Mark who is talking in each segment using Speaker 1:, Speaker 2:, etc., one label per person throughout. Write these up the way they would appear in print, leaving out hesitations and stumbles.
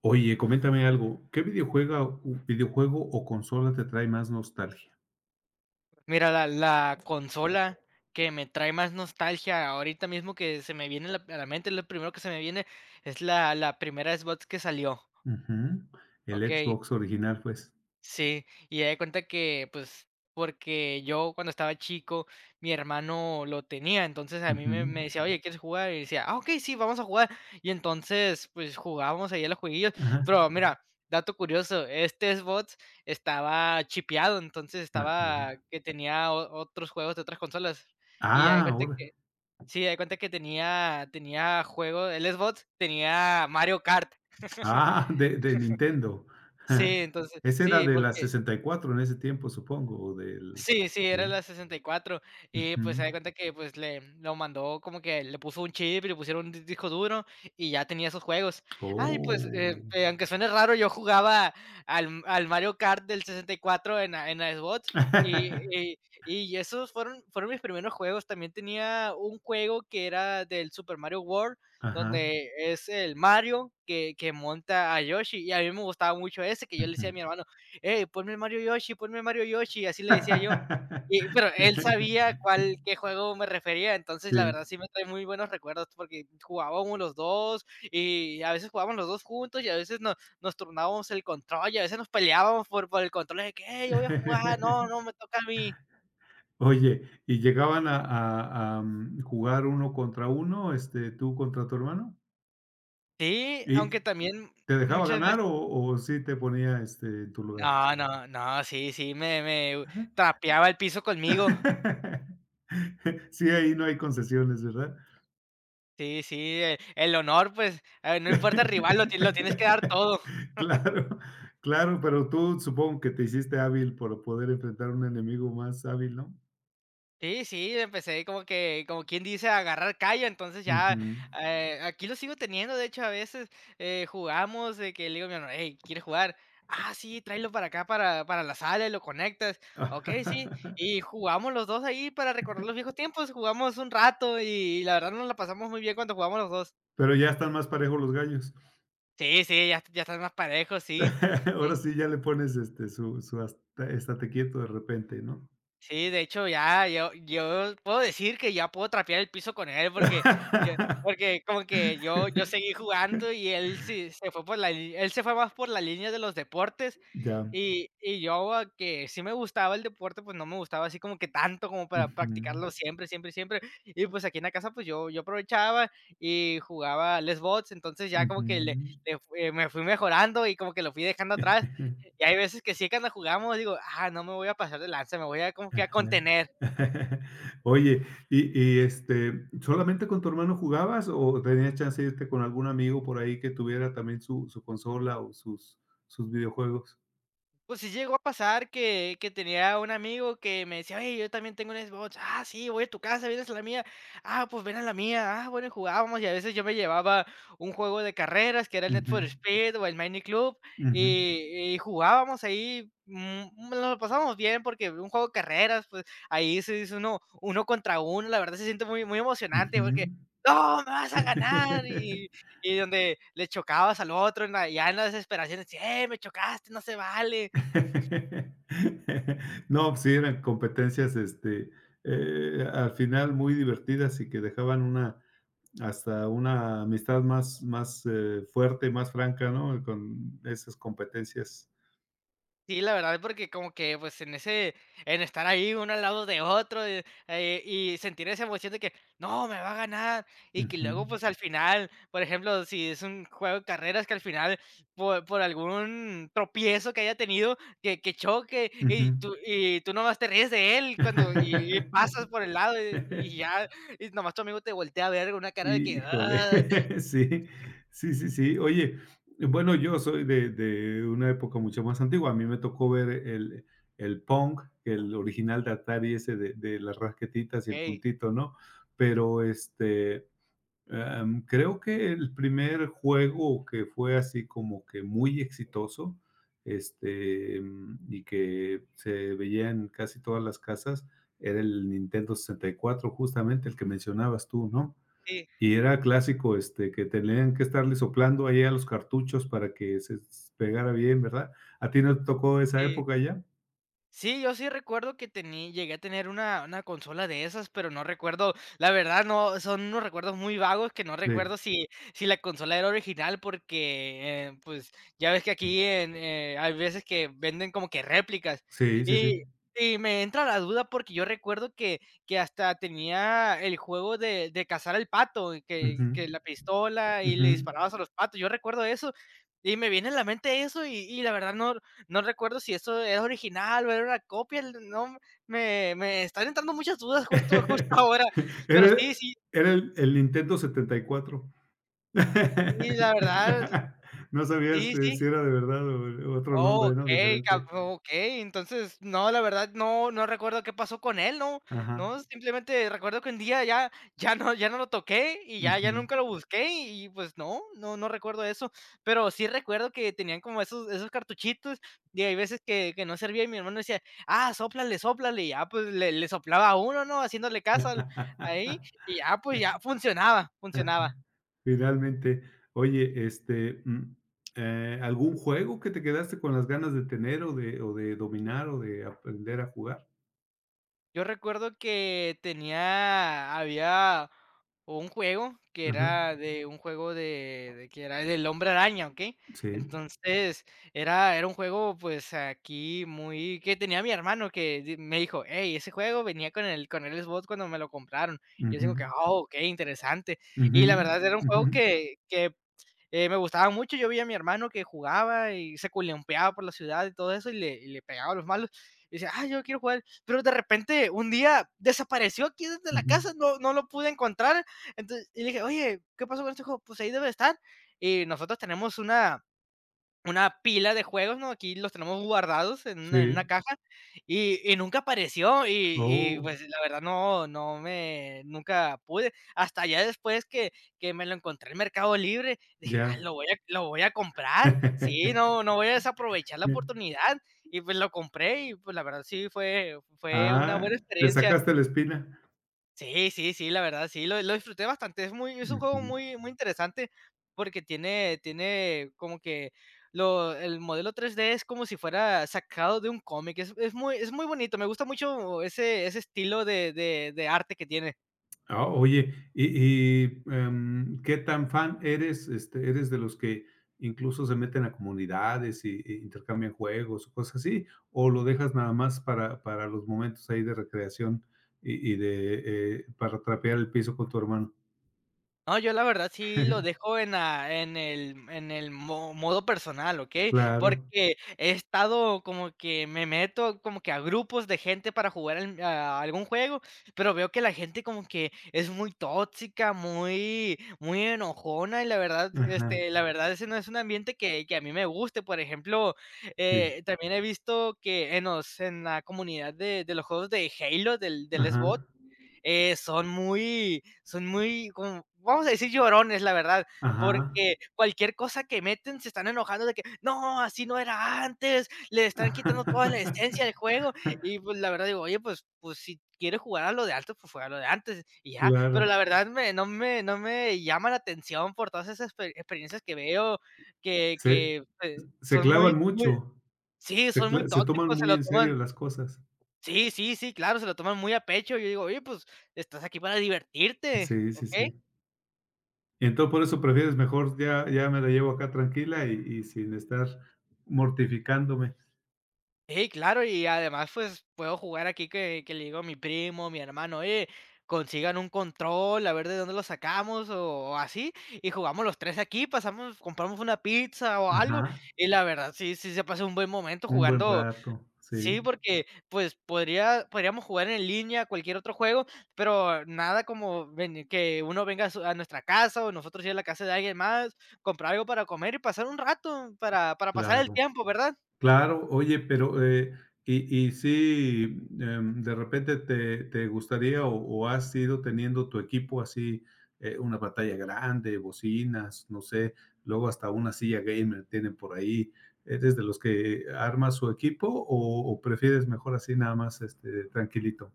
Speaker 1: Oye, coméntame algo, ¿qué videojuego o consola te trae más nostalgia?
Speaker 2: Mira, la consola que me trae más nostalgia ahorita mismo que se me viene la a la mente, lo primero que se me viene es la primera Xbox que salió,
Speaker 1: Ujú, el
Speaker 2: okey.
Speaker 1: Xbox original, pues.
Speaker 2: Sí, y haz de cuenta que, pues, porque yo cuando estaba chico, mi hermano lo tenía, entonces a mí
Speaker 1: Ujú.
Speaker 2: me decía, oye, ¿quieres jugar? Y decía, ah, ok, sí, vamos a jugar. Y entonces, pues jugábamos ahí a los jueguillos.
Speaker 1: Ajá,
Speaker 2: Pero ujú. Mira, dato curioso, este Xbox estaba chipeado, entonces estaba
Speaker 1: ajá.
Speaker 2: que tenía otros juegos de otras consolas. Y haz de
Speaker 1: Ah,
Speaker 2: cuenta
Speaker 1: ahora.
Speaker 2: que, sí, haz de cuenta que tenía juego, el Xbox tenía Mario Kart.
Speaker 1: Ah, de Nintendo.
Speaker 2: Sí,
Speaker 1: Ajá.
Speaker 2: entonces,
Speaker 1: Ese era
Speaker 2: sí,
Speaker 1: de la
Speaker 2: porque
Speaker 1: 64 en ese tiempo, supongo, o del
Speaker 2: sí, sí, era
Speaker 1: sí,
Speaker 2: la sesenta y cuatro. Y pues,
Speaker 1: ujú.
Speaker 2: se da cuenta que, pues, le lo mandó como que le puso un chip y le pusieron un di disco duro, y ya tenía esos juegos. Ay, pues,
Speaker 1: Oh.
Speaker 2: aunque suene raro, yo jugaba al Mario Kart del 64 en la Xbox, y y y esos fueron mis primeros juegos. También tenía un juego que era del Super Mario World,
Speaker 1: Ajá,
Speaker 2: donde es el Mario que monta a Yoshi, y a mí me gustaba mucho ese, que yo le
Speaker 1: ujú.
Speaker 2: decía a mi hermano: "Hey, ponme Mario Yoshi", así le decía yo. Y pero él sabía cuál qué juego me refería, entonces, la
Speaker 1: Sí.
Speaker 2: verdad sí me trae muy buenos recuerdos porque jugábamos los 2 y a veces jugábamos los 2 juntos, y a veces nos turnábamos el control, y a veces nos peleábamos por el control de que: "Hey, yo voy a jugar, no, no, me toca a mí".
Speaker 1: Oye, ¿y llegaban a jugar uno contra uno, este, tú contra tu hermano?
Speaker 2: Sí,
Speaker 1: ¿Y
Speaker 2: aunque también
Speaker 1: te dejaba
Speaker 2: muchas
Speaker 1: ganar
Speaker 2: veces
Speaker 1: o sí te ponía, este, en tu lugar?
Speaker 2: no, no, no, sí, sí, me trapeaba el piso conmigo.
Speaker 1: Sí, ahí no hay concesiones, ¿verdad?
Speaker 2: Sí, sí, el honor, pues, no importa el rival, lo tienes que dar todo.
Speaker 1: Claro, claro, pero tú supongo que te hiciste hábil por poder enfrentar a un enemigo más hábil, ¿no?
Speaker 2: Sí, sí, empecé como que, como quien dice, a agarrar callo, entonces ya,
Speaker 1: Ujú.
Speaker 2: aquí lo sigo teniendo, de hecho, a veces jugamos, de que le digo a mi hermano, hey, ¿quieres jugar? Ah, sí, tráelo para acá, para la sala, y lo conectas. Ok, sí, y jugamos los dos ahí para recordar los viejos tiempos, jugamos un rato y, la verdad nos la pasamos muy bien cuando jugamos los dos.
Speaker 1: Pero ya están más parejos los gallos.
Speaker 2: Sí, sí, ya, ya están más parejos, sí.
Speaker 1: Ahora
Speaker 2: Sí.
Speaker 1: sí ya le pones, este, su hasta estate quieto de repente, ¿no?
Speaker 2: Sí, de hecho, ya yo puedo decir que ya puedo trapear el piso con él, porque yo porque como que yo seguí jugando y él sí se fue por la li él se fue más por la línea de los deportes,
Speaker 1: Ya.
Speaker 2: y yo, ah, que sí me gustaba el deporte, pues, no me gustaba así como que tanto como para
Speaker 1: Ujú,
Speaker 2: practicarlo siempre, siempre, siempre. Y, pues, aquí en la casa, pues, yo aprovechaba y jugaba al Xbox, entonces ya como que le
Speaker 1: ujú.
Speaker 2: le fue me fui mejorando y como que lo fui dejando atrás. Y hay veces que sí, cuando jugamos digo: "Ah, no me voy a pasar de lanza, me voy a como que a contener".
Speaker 1: Oye, y, este, ¿solamente con tu hermano jugabas o tenías chance de irte con algún amigo por ahí que tuviera también su consola o sus videojuegos?
Speaker 2: Pues sí llegó a pasar que tenía un amigo que me decía: "Oye, yo también tengo un Xbox". "Ah, sí, voy a tu casa, vienes a la mía". "Ah, pues ven a la mía". "Ah, bueno, y jugábamos", y a veces yo me llevaba un juego de carreras, que era el Need for
Speaker 1: Ujú,
Speaker 2: Speed o el Mini Club,
Speaker 1: ujú,
Speaker 2: y jugábamos ahí, nos lo pasábamos bien porque un juego de carreras, pues ahí se dice uno uno contra uno, la verdad se siente muy emocionante
Speaker 1: ujú.
Speaker 2: porque: "No, me vas a ganar", y donde le chocabas al otro en la ya en la desesperación, decía: me chocaste, no se vale".
Speaker 1: No, pues sí, eran competencias, este, al final muy divertidas y que dejaban una hasta una amistad más fuerte, más franca, ¿no? Con esas competencias.
Speaker 2: Sí, la verdad, porque como que, pues, en estar ahí uno al lado de otro, y sentir esa emoción de que: "No, me va a ganar", y que
Speaker 1: Ujú,
Speaker 2: luego, pues, al final, por ejemplo, si es un juego de carreras que al final, por algún tropiezo que haya tenido, que choque,
Speaker 1: ujú.
Speaker 2: y tú nomás te ríes de él cuando y pasas por el lado, y ya, y nomás tu amigo te voltea a ver con una cara de que:
Speaker 1: Híjole,
Speaker 2: "Ah".
Speaker 1: sí, sí, sí, sí. Oye, bueno, yo soy de una época mucho más antigua. A mí me tocó ver el Pong, el original de Atari, ese de las raquetitas y el
Speaker 2: Okey,
Speaker 1: puntito, ¿no? Pero este, creo que el primer juego que fue así como que muy exitoso, este, y que se veía en casi todas las casas, era el Nintendo 64 justamente el que mencionabas tú, ¿no?
Speaker 2: sí,
Speaker 1: Y era clásico, este, que tenían que estarle soplando ahí a los cartuchos para que pegara bien, ¿verdad? ¿A ti no te tocó esa
Speaker 2: sí.
Speaker 1: época ya?
Speaker 2: Sí, yo sí recuerdo que tení llegué a tener una consola de esas, pero no recuerdo, la verdad no, son unos recuerdos muy vagos que no
Speaker 1: Sí,
Speaker 2: recuerdo si si la consola era original porque, pues, ya ves que aquí en, hay veces que venden como que réplicas
Speaker 1: sí, sí, sí.
Speaker 2: y y me entra la duda porque yo recuerdo que hasta tenía el juego de cazar al pato, y
Speaker 1: Ujú,
Speaker 2: que la pistola y
Speaker 1: ujú.
Speaker 2: le disparabas a los patos, yo recuerdo eso, y me viene a la mente eso y la verdad no no recuerdo si eso era original o era una copia, el no, me están entrando muchas dudas justo ahora, pero
Speaker 1: Era,
Speaker 2: sí, sí,
Speaker 1: era el Nintendo 74
Speaker 2: sí, la verdad,
Speaker 1: No sabías,
Speaker 2: sí, sí.
Speaker 1: si era de verdad o otro nombre, ¿no? Diferente.
Speaker 2: Okey. Entonces, no, la verdad, no recuerdo qué pasó con él, ¿no?
Speaker 1: Ajá.
Speaker 2: No, simplemente recuerdo que un día ya no lo toqué y ya
Speaker 1: Ujú.
Speaker 2: nunca lo busqué y, pues, no, no recuerdo eso. Pero sí recuerdo que tenían como esos cartuchitos y hay veces que no servía y mi hermano decía: "Ah, sóplale, sóplale", y ya, pues, le soplaba a uno, ¿no? Haciéndole caso al ahí y ya, pues, ya funcionaba,
Speaker 1: Ajá.
Speaker 2: funcionaba.
Speaker 1: Finalmente. Oye, este, ¿algún juego que te quedaste con las ganas de tener o de dominar o de aprender a jugar?
Speaker 2: Yo recuerdo que tenía había un juego que
Speaker 1: Ajá.
Speaker 2: era de un juego de que era del Hombre Araña, ¿ok?
Speaker 1: Sí.
Speaker 2: Entonces, era un juego, pues, aquí muy que tenía mi hermano que di me dijo: "Hey, ese juego venía con el Xbox cuando me lo compraron". Y yo digo que:
Speaker 1: Ujú.
Speaker 2: ¡oh! Okey, interesante".
Speaker 1: Ujú.
Speaker 2: Y la verdad era un juego
Speaker 1: Ujú.
Speaker 2: que me gustaba mucho, yo vi a mi hermano que jugaba y se culempeaba por la ciudad y todo eso, y le pegaba a los malos. Y decía, ah, yo quiero jugar. Pero de repente, un día desapareció aquí desde la
Speaker 1: Ujú.
Speaker 2: casa, no, no lo pude encontrar. Entonces, y le dije, oye, ¿qué pasó con este juego? Pues ahí debe estar. Y nosotros tenemos una pila de juegos, ¿no? Aquí los tenemos guardados en una
Speaker 1: Sí.
Speaker 2: caja, y nunca apareció,
Speaker 1: Oh,
Speaker 2: pues, la verdad no no me nunca pude. Hasta ya después que me lo encontré en Mercado Libre, dije: "Ah,
Speaker 1: ya.
Speaker 2: lo voy a comprar". Sí, no voy a desaprovechar la oportunidad. Y, pues, lo compré y, pues, la verdad sí fue una
Speaker 1: Ah,
Speaker 2: buena
Speaker 1: le
Speaker 2: experiencia.
Speaker 1: sacaste la espina.
Speaker 2: Sí, sí, sí, la verdad, sí, lo disfruté bastante. Es un juego
Speaker 1: Ujú.
Speaker 2: muy interesante porque tiene como que lo el modelo 3D es como si fuera sacado de un cómic. Es muy bonito, me gusta mucho ese estilo de arte que tiene.
Speaker 1: Ah, oye, y, ¿qué tan fan eres? Este, ¿eres de los que incluso se meten a comunidades y intercambian juegos o cosas así? ¿O lo dejas nada más para los momentos ahí de recreación y para trapear el piso con tu hermano?
Speaker 2: No, yo la verdad sí lo dejo en la en el mo modo personal, ¿ok?
Speaker 1: Claro,
Speaker 2: Porque he estado como que me meto como que a grupos de gente para jugar al a algún juego, pero veo que la gente como que es muy tóxica, muy enojona, y la verdad,
Speaker 1: ajá,
Speaker 2: este, la verdad, ese no es un ambiente que a mí me guste. Por ejemplo,
Speaker 1: sí,
Speaker 2: también he visto que en los en la comunidad de los juegos de Halo del Xbox,
Speaker 1: ajá,
Speaker 2: son muy, como, vamos a decir, llorones, la verdad,
Speaker 1: ajá.
Speaker 2: porque cualquier cosa que meten se están enojando de que: "No, así no era antes, le están quitando toda la esencia del juego", y pues, la verdad digo: "Oye, pues si quieres jugar a lo de antes, pues juega a lo de antes", y ya. Pero
Speaker 1: Claro,
Speaker 2: la verdad me no me no me llama la atención por todas esas experiencias que veo
Speaker 1: se se
Speaker 2: son
Speaker 1: clavan
Speaker 2: muy
Speaker 1: mucho,
Speaker 2: sí, son muy
Speaker 1: se toman
Speaker 2: tóxicos, se
Speaker 1: muy
Speaker 2: lo
Speaker 1: en
Speaker 2: toman
Speaker 1: serio las cosas.
Speaker 2: sí, sí, sí, claro, se lo toman muy a pecho. Yo digo: "Oye, pues, estás aquí para divertirte,
Speaker 1: Sí, sí,
Speaker 2: ¿ok?
Speaker 1: sí. Y entonces por eso prefieres mejor ya me la llevo acá tranquila y sin estar mortificándome.
Speaker 2: Sí, claro, y además, pues, puedo jugar aquí que le digo a mi primo, mi hermano: "Oye, consigan un control, a ver de dónde lo sacamos", o así, y jugamos los 3 aquí, pasamos compramos una pizza o algo,
Speaker 1: Ajá,
Speaker 2: y la verdad sí se pasa un buen momento
Speaker 1: un buen
Speaker 2: jugando
Speaker 1: rato, sí,
Speaker 2: sí, porque, pues, podríamos jugar en línea cualquier otro juego, pero nada como ven que uno venga a nuestra casa, o nosotros ir a la casa de alguien más, comprar algo para comer y pasar un rato para pasar el
Speaker 1: claro.
Speaker 2: tiempo, ¿verdad?
Speaker 1: Claro, oye, pero, y sí, de repente te gustaría o has ido teniendo tu equipo así, una pantalla grande, bocinas, no sé, luego hasta una silla gamer tienen por ahí. ¿Eres de los que arma su equipo o prefieres mejor así nada más, este, tranquilito?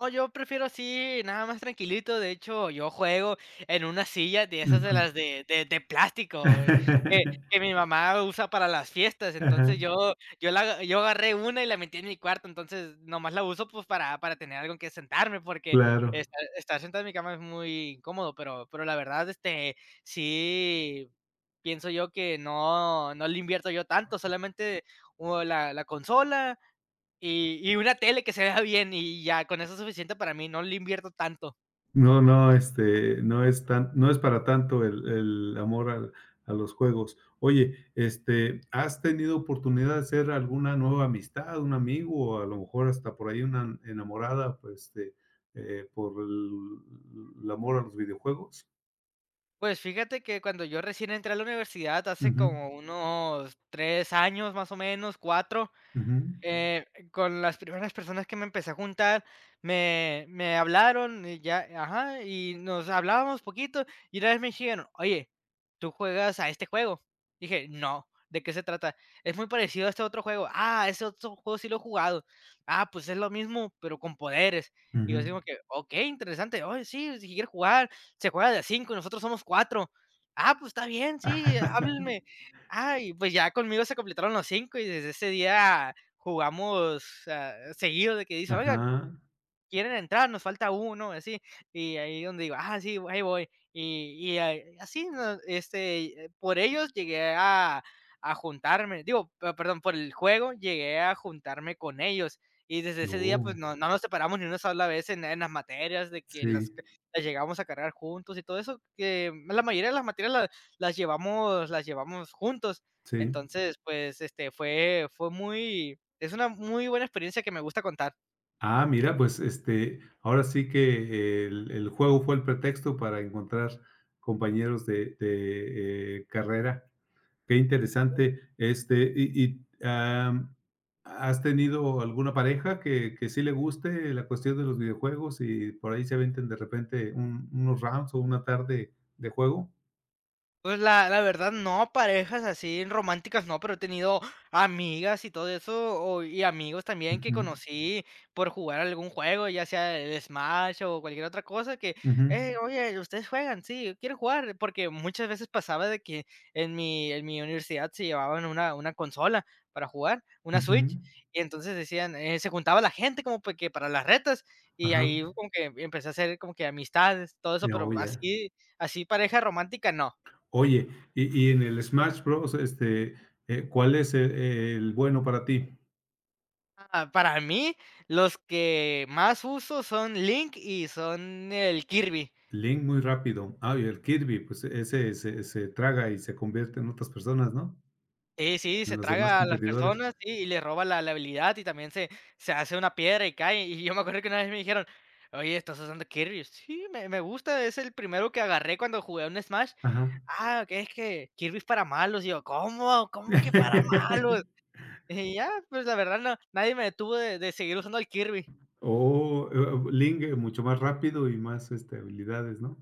Speaker 2: No, yo prefiero así, nada más tranquilito. De hecho, yo juego en una silla de esas de
Speaker 1: Ujú.
Speaker 2: las de de plástico, güey, que mi mamá usa para las fiestas.
Speaker 1: Ajá,
Speaker 2: Entonces, yo agarré una y la metí en mi cuarto. Entonces, nomás la uso, pues, para tener algo en que sentarme, porque
Speaker 1: claro.
Speaker 2: estar sentado en mi cama es muy incómodo. Pero la verdad, este, sí pienso yo que no le invierto yo tanto, solamente, o la consola y una tele que se vea bien, y ya con eso es suficiente para mí, no le invierto tanto.
Speaker 1: No, no, este, no es para tanto el amor a los juegos. Oye, este, ¿has tenido oportunidad de hacer alguna nueva amistad, un amigo, o a lo mejor hasta por ahí una enamorada, pues, este, por el amor a los videojuegos?
Speaker 2: Pues fíjate que cuando yo recién entré a la universidad hace
Speaker 1: Ujú,
Speaker 2: como unos 3 años, más o menos, cuatro.
Speaker 1: ujú,
Speaker 2: Eh, con las primeras personas que me empecé a juntar, me hablaron y ya, ajá, y nos hablábamos poquito, y una vez me dijeron: "Oye, ¿tú juegas a este juego?". Dije: "No, ¿de qué se trata?". "Es muy parecido a este otro juego". "Ah, ese otro juego sí lo he jugado". "Ah, pues es lo mismo, pero con poderes". Y
Speaker 1: ujú.
Speaker 2: yo digo que: "Okey, interesante. Oye, sí, si quieres jugar, se juega de a 5, nosotros somos cuatro". "Ah, pues está bien, sí, háblenme". Ah, y pues ya conmigo se completaron los 5 y desde ese día jugamos, ah, seguido de que dicen: "Oigan,
Speaker 1: Ajá.
Speaker 2: quieren entrar, nos falta uno", así, y ahí donde digo: "Ah, sí, ahí voy". Y así, no, este, por ellos llegué a juntarme, digo, perdón, por el juego llegué a juntarme con ellos. Y desde ese día, pues
Speaker 1: No,
Speaker 2: no, no nos separamos ni una sola vez en las materias, de
Speaker 1: sí,
Speaker 2: que las llegamos a cargar juntos y todo eso, que la mayoría de las materias llevamos, las llevamos juntos.
Speaker 1: sí.
Speaker 2: Entonces, pues, este, fue muy, es una muy buena experiencia que me gusta contar.
Speaker 1: Ah, mira, pues, este, ahora sí que el juego fue el pretexto para encontrar compañeros de carrera. Qué interesante, este, y, ¿has tenido alguna pareja que sí le guste la cuestión de los videojuegos y por ahí se aventen de repente un unos rounds o una tarde de juego?
Speaker 2: Pues la verdad no, parejas así románticas no, pero he tenido amigas y todo eso, o y amigos también que
Speaker 1: Ujú,
Speaker 2: conocí por jugar algún juego, ya sea el Smash o cualquier otra cosa que:
Speaker 1: ujú,
Speaker 2: "Hey, oye, ¿ustedes juegan?". "Sí, quiero jugar?". Porque muchas veces pasaba de que en mi universidad se llevaban una consola para jugar, una Switch,
Speaker 1: ujú,
Speaker 2: y entonces decían, se juntaba la gente como pa- que para las retas, y
Speaker 1: ajá.
Speaker 2: ahí como que empecé a hacer como que amistades, todo eso, pero
Speaker 1: No ya.
Speaker 2: así así pareja romántica no.
Speaker 1: Oye, y en el Smash Bros, este, ¿cuál es el bueno para ti?
Speaker 2: Ah, para mí, los que más uso son Link y son el Kirby.
Speaker 1: Link muy rápido. Ah, y el Kirby, pues ese se traga y se convierte en otras personas, ¿no?
Speaker 2: Sí, sí, se
Speaker 1: En los demás
Speaker 2: traga a las
Speaker 1: competidores.
Speaker 2: personas, sí, y le roba la, la habilidad y también se hace una piedra y cae. Y yo me acuerdo que una vez me dijeron: "Oye, ¿estás usando Kirby?". Sí, me gusta, es el primero que agarré cuando jugué a un Smash.
Speaker 1: Ajá.
Speaker 2: Ah, que es que Kirby es para malos. Y yo, ¿cómo? ¿Cómo que para malos? Y ya, pues la verdad no, nadie me detuvo de seguir usando el Kirby.
Speaker 1: O Link mucho más rápido y más, este, habilidades, ¿no?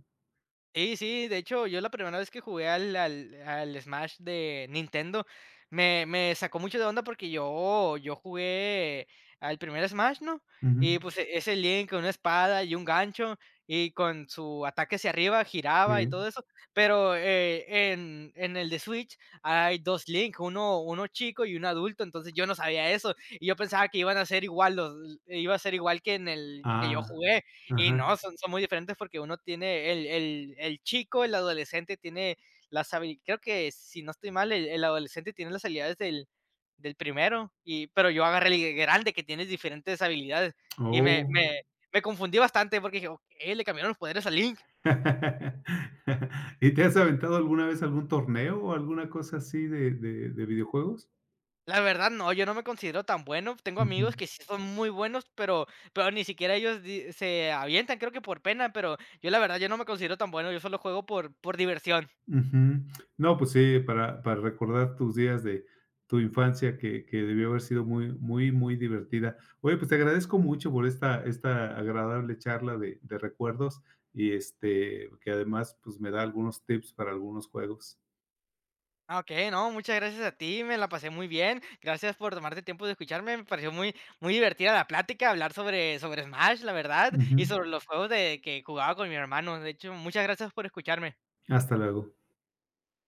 Speaker 2: Sí, sí, de hecho, yo la primera vez que jugué al Smash de Nintendo, me sacó mucho de onda porque yo jugué al primer Smash, ¿no?
Speaker 1: Ujú.
Speaker 2: Y, pues, ese Link con una espada y un gancho, y con su ataque hacia arriba giraba y todo
Speaker 1: Sí.
Speaker 2: eso, pero, en el de Switch hay 2 Link, uno chico y uno adulto, entonces yo no sabía eso, y yo pensaba que iban a ser igual los iba a ser igual que en el que yo
Speaker 1: Ah,
Speaker 2: jugué. Y
Speaker 1: ajá.
Speaker 2: no, son son muy diferentes porque uno tiene el chico, el adolescente tiene las habili creo que si no estoy mal, el adolescente tiene las habilidades del primero, y pero yo agarré el grande que tienes diferentes habilidades y
Speaker 1: Oh.
Speaker 2: me confundí bastante porque dije: "Okey, le cambiaron los poderes a Link".
Speaker 1: ¿Y te has aventado alguna vez algún torneo o alguna cosa así de videojuegos?
Speaker 2: La verdad, no, yo no me considero tan bueno. Tengo
Speaker 1: Ujú.
Speaker 2: amigos que sí son muy buenos, pero ni siquiera ellos di se avientan, creo que por pena, pero yo la verdad, yo no me considero tan bueno, yo solo juego por diversión.
Speaker 1: Ujú. No, pues sí, para recordar tus días de tu infancia que debió haber sido muy, muy, muy divertida. Oye, pues te agradezco mucho por esta agradable charla de recuerdos y, este, que además, pues, me da algunos tips para algunos juegos.
Speaker 2: Ah, okey, no, muchas gracias a ti, me la pasé muy bien. Gracias por tomarte tiempo de escucharme, me pareció muy muy divertida la plática, hablar sobre Smash, la verdad,
Speaker 1: Ujú.
Speaker 2: y sobre los juegos de que jugaba con mi hermano. De hecho, muchas gracias por escucharme.
Speaker 1: Hasta luego.